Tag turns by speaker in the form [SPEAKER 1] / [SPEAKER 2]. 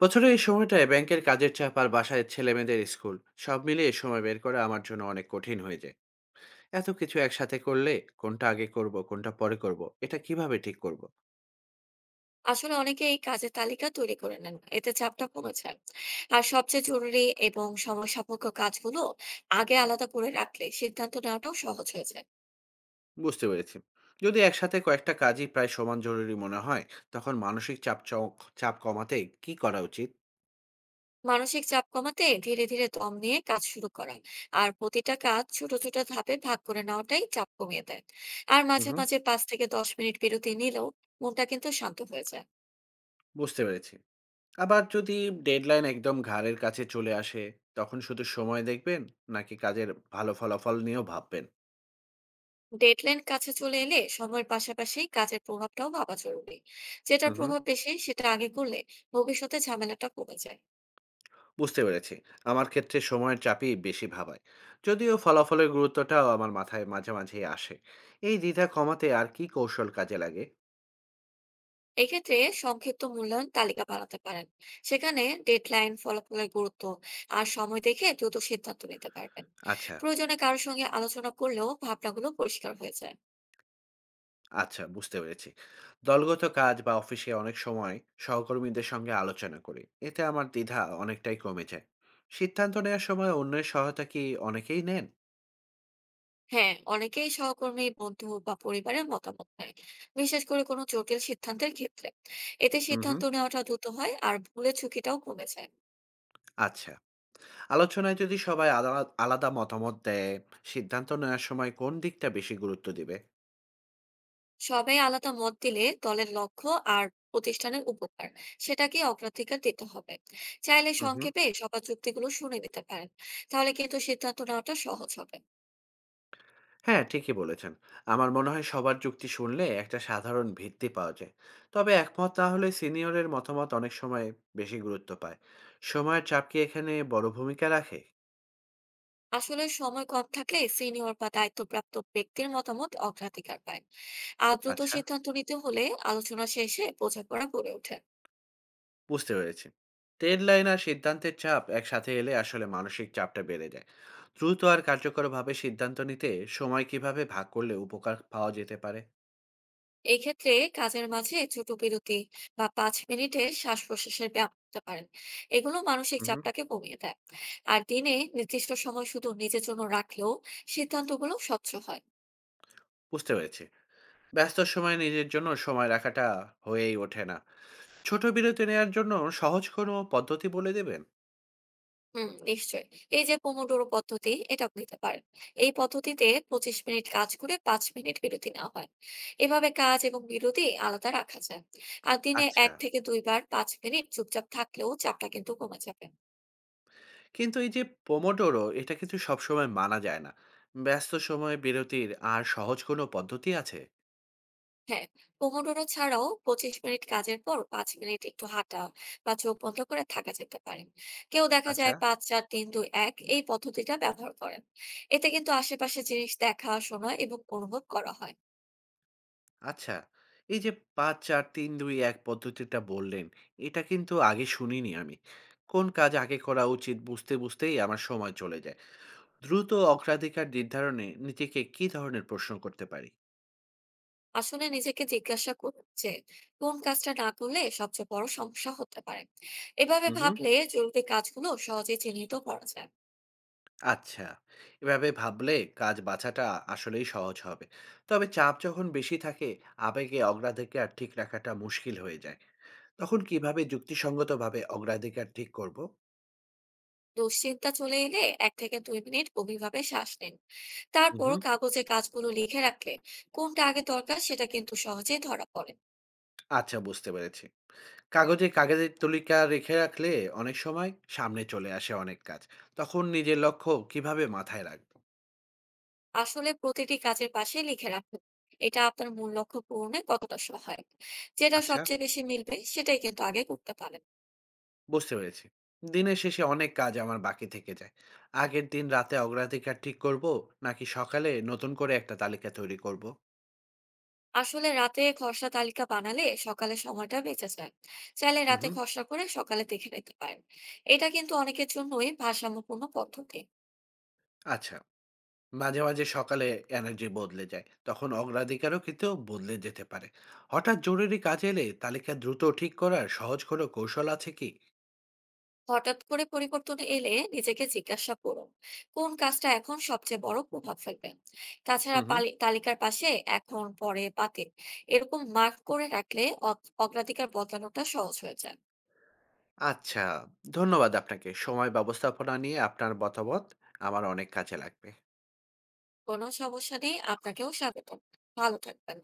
[SPEAKER 1] বছরের এই সময়টায় ব্যাংকের কাজের চাপ আর বাসায় ছেলেমেয়েদের স্কুল, সব মিলিয়ে সময় বের করা আমার জন্য অনেক কঠিন হয়ে যায়। এত কিছু একসাথে করলে কোনটা আগে করব, কোনটা পরে করব, এটা কিভাবে ঠিক করব?
[SPEAKER 2] আসলে অনেকেই কাজের তালিকা তৈরি করে নেন, এতে চাপটা কমে যায়। আর সবচেয়ে জরুরি এবং সময় সাপেক্ষ কাজগুলো আগে আলাদা করে রাখলে সিদ্ধান্ত নেওয়াটাও সহজ হয়ে যায়।
[SPEAKER 1] বুঝতে পেরেছি। যদি একসাথে কয়েকটা কাজই প্রায় সমান জরুরি মনে হয়, তখন মানসিক চাপ কমাতে কি করা উচিত?
[SPEAKER 2] মানসিক চাপ কমাতে ধীরে ধীরে দম নিয়ে কাজ শুরু করা আর প্রতিটা কাজ ছোট ছোট ধাপে ভাগ করে নেওয়াটাই চাপ কমিয়ে দেয়। আর মাঝে
[SPEAKER 1] হুম।
[SPEAKER 2] মাঝে 5 থেকে 10 মিনিট বিরতি নিলেও মনটা কিন্তু শান্ত হয়ে যায়।
[SPEAKER 1] বুঝতে পেরেছি। আবার যদি ডেডলাইন একদম ঘাড়ের কাছে চলে আসে, তখন শুধু সময় দেখবেন নাকি কাজের ভালো ফলাফল নিয়েও ভাববেন?
[SPEAKER 2] ডেডলাইন কাছে চলে এলে সময়ের পাশাপাশি কাজের প্রভাবটাও ভাবা জরুরি। যেটার
[SPEAKER 1] হুম।
[SPEAKER 2] প্রভাব বেশি সেটা আগে করলে ভবিষ্যতে ঝামেলাটা কমে যায়।
[SPEAKER 1] বুঝতে পেরেছি। আমার ক্ষেত্রে সময়ের চাপই বেশি ভাবায়। যদিও ফলাফলের গুরুত্বটাও আমার মাথায় মাঝে, মাঝেই আসে। এই দ্বিধা কমাতে আর কি কৌশল কাজে লাগে?
[SPEAKER 2] এক্ষেত্রে সংক্ষিপ্ত মূল্যায়ন তালিকা বানাতে পারেন। সেখানে ডেডলাইন, ফলাফলের গুরুত্ব আর সময় দেখে দ্রুত সিদ্ধান্ত নিতে পারবেন।
[SPEAKER 1] আচ্ছা,
[SPEAKER 2] প্রয়োজনে কারোর সঙ্গে আলোচনা করলেও ভাবনাগুলো পরিষ্কার হয়ে যায়।
[SPEAKER 1] আচ্ছা, বুঝতে পেরেছি। দলগত কাজ বা অফিসে অনেক সময় সহকর্মীদের সঙ্গে আলোচনা করি। এতে আমার দ্বিধা অনেকটাই কমে যায়। সিদ্ধান্ত নেওয়ার সময় অন্যের সহায়তা কি অনেকেই নেন?
[SPEAKER 2] হ্যাঁ, অনেকেই সহকর্মী, বন্ধু বা পরিবারের মতামত নেয়, বিশেষ করে কোনো জটিল সিদ্ধান্তের ক্ষেত্রে। এতে
[SPEAKER 1] হুম,
[SPEAKER 2] সিদ্ধান্ত
[SPEAKER 1] হুম।
[SPEAKER 2] নেওয়াটা দ্রুত হয় আর ভুলের ঝুঁকিটাও কমে যায়।
[SPEAKER 1] আচ্ছা। আলোচনায় যদি সবাই আলাদা আলাদা মতামত দেয়, সিদ্ধান্ত নেওয়ার সময় কোন দিকটা বেশি গুরুত্ব দিবে?
[SPEAKER 2] সবাই আলাদা মত দিলে দলের লক্ষ্য আর প্রতিষ্ঠানের উপকার, সেটাকে অগ্রাধিকার দিতে হবে। চাইলে
[SPEAKER 1] হুম, হুম।
[SPEAKER 2] সংক্ষেপে সবার যুক্তিগুলো শুনে নিতে পারেন। তাহলে কিন্তু সিদ্ধান্ত নেওয়াটা সহজ হবে।
[SPEAKER 1] হ্যাঁ, ঠিকই বলেছেন। আমার মনে হয় সবার যুক্তি শুনলে একটা সাধারণ ভিত্তি পাওয়া যায়। তবে একমত না হলে সিনিয়রের মতামত অনেক সময় বেশি গুরুত্ব পায়। সময়ের চাপ কি এখানে বড় ভূমিকা রাখে?
[SPEAKER 2] আসলে সময় কম থাকলে সিনিয়র বা দায়িত্বপ্রাপ্ত ব্যক্তির মতামত অগ্রাধিকার পায়। আর দ্রুত
[SPEAKER 1] আচ্ছা,
[SPEAKER 2] সিদ্ধান্ত নিতে হলে আলোচনা শেষে বোঝাপড়া গড়ে ওঠে।
[SPEAKER 1] বুঝতে পেরেছি। ডেডলাইন আর সিদ্ধান্তের চাপ একসাথে এলে আসলে মানসিক চাপটা বেড়ে যায়। দ্রুত আর কার্যকরভাবে সিদ্ধান্ত নিতে সময় কিভাবে ভাগ করলে উপকার পাওয়া যেতে পারে?
[SPEAKER 2] এই ক্ষেত্রে কাজের মাঝে ছোট বিরতি বা 5 মিনিটের শ্বাস প্রশ্বাসের ব্যায়াম করতে পারেন। এগুলো মানসিক
[SPEAKER 1] হুম,
[SPEAKER 2] চাপটাকে কমিয়ে দেয়। আর দিনে নির্দিষ্ট সময় শুধু নিজের জন্য রাখলেও সিদ্ধান্তগুলো স্বচ্ছ হয়।
[SPEAKER 1] বুঝতে পেরেছি। ব্যস্ত সময়ে নিজের জন্য সময় রাখাটা হয়েই ওঠে না। ছোট বিরতি নেয়ার জন্য সহজ কোনো পদ্ধতি বলে দেবেন?
[SPEAKER 2] হুম, নিশ্চয়ই। এই যে পোমোডোরো পদ্ধতি, এটা নিতে পারেন। এই পদ্ধতিতে 25 মিনিট কাজ করে 5 মিনিট বিরতি নেওয়া হয়। এভাবে কাজ এবং বিরতি আলাদা রাখা যায়। আর দিনে
[SPEAKER 1] আচ্ছা।
[SPEAKER 2] 1 থেকে 2 বার 5 মিনিট চুপচাপ থাকলেও চাপটা কিন্তু কমে যাবে।
[SPEAKER 1] কিন্তু এই যে পোমোডোরো, এটা কিন্তু সবসময় মানা যায় না। ব্যস্ত সময়ে বিরতির আর সহজ কোনো পদ্ধতি আছে?
[SPEAKER 2] হ্যাঁ, পোমোডোরো ছাড়াও 25 মিনিট কাজের পর 5 মিনিট একটু হাঁটা বা চোখ বন্ধ করে থাকা যেতে পারে। কেউ দেখা
[SPEAKER 1] আচ্ছা,
[SPEAKER 2] যায় 5, 4, 3, 2, 1 এই পদ্ধতিটা ব্যবহার করেন। এতে কিন্তু আশেপাশে জিনিস দেখা, শোনা এবং অনুভব করা হয়।
[SPEAKER 1] আচ্ছা। এই যে ৫, ৪, ৩, ২, ১ পদ্ধতিটা বললেন, এটা কিন্তু আগে শুনিনি আমি। কোন কাজ আগে করা উচিত বুঝতে, বুঝতেই আমার সময় চলে যায়। দ্রুত অগ্রাধিকার নির্ধারণে নিজেকে কী ধরনের প্রশ্ন করতে পারি?
[SPEAKER 2] আসলে নিজেকে জিজ্ঞাসা করুন যে কোন কাজটা না করলে সবচেয়ে বড় সমস্যা হতে পারে। এভাবে
[SPEAKER 1] হু, হু।
[SPEAKER 2] ভাবলে জরুরি কাজগুলো সহজে চিহ্নিত করা যায়।
[SPEAKER 1] আচ্ছা, এভাবে ভাবলে কাজ বাছাটা আসলেই সহজ হবে। তবে চাপ যখন বেশি থাকে, আবেগে অগ্রাধিকার ঠিক রাখাটা মুশকিল হয়ে যায়। তখন কিভাবে যুক্তিসঙ্গতভাবে অগ্রাধিকার ঠিক করব?
[SPEAKER 2] দুশ্চিন্তা চলে এলে 1 থেকে 2 মিনিট গভীরভাবে শ্বাস নিন। তারপর
[SPEAKER 1] হুম।
[SPEAKER 2] কাগজে কাজগুলো লিখে রাখলে কোনটা আগে দরকার সেটা কিন্তু সহজেই ধরা পড়ে।
[SPEAKER 1] আচ্ছা, বুঝতে পেরেছি। কাগজে কাগজের তালিকা রেখে রাখলে অনেক সময় সামনে চলে আসে অনেক কাজ। তখন নিজের লক্ষ্য কিভাবে মাথায় রাখবো?
[SPEAKER 2] আসলে প্রতিটি কাজের পাশে লিখে রাখুন এটা আপনার মূল লক্ষ্য পূরণে কতটা সহায়ক। যেটা
[SPEAKER 1] আচ্ছা,
[SPEAKER 2] সবচেয়ে বেশি মিলবে সেটাই কিন্তু আগে করতে পারেন।
[SPEAKER 1] বুঝতে পেরেছি। দিনের শেষে অনেক কাজ আমার বাকি থেকে যায়। আগের দিন রাতে অগ্রাধিকার ঠিক করব নাকি সকালে নতুন করে একটা তালিকা তৈরি করব?
[SPEAKER 2] আসলে রাতে খসড়া তালিকা বানালে সকালে সময়টা বেঁচে যায়। চাইলে রাতে
[SPEAKER 1] উহু,
[SPEAKER 2] খসড়া করে সকালে দেখে নিতে পারেন। এটা কিন্তু অনেকের জন্যই ভারসাম্যপূর্ণ পদ্ধতি।
[SPEAKER 1] আচ্ছা। মাঝে, মাঝে সকালে এনার্জি বদলে যায়। তখন অগ্রাধিকারও কিন্তু বদলে যেতে পারে। হঠাৎ জরুরি কাজ এলে তালিকা দ্রুত ঠিক করার সহজ কোনো কৌশল আছে কি?
[SPEAKER 2] হঠাৎ করে পরিবর্তন এলে নিজেকে জিজ্ঞাসা করুন কোন কাজটা এখন সবচেয়ে বড় প্রভাব ফেলবে। তাছাড়া
[SPEAKER 1] হুম, হুম।
[SPEAKER 2] তালিকার পাশে এখন, পরে, বাদে এরকম মার্ক করে রাখলে অগ্রাধিকার বদলানোটা সহজ হয়ে যায়।
[SPEAKER 1] আচ্ছা, ধন্যবাদ আপনাকে। সময় ব্যবস্থাপনা নিয়ে আপনার মতামত আমার অনেক কাজে লাগবে।
[SPEAKER 2] কোনো সমস্যা নেই, আপনাকেও স্বাগতম। ভালো থাকবেন।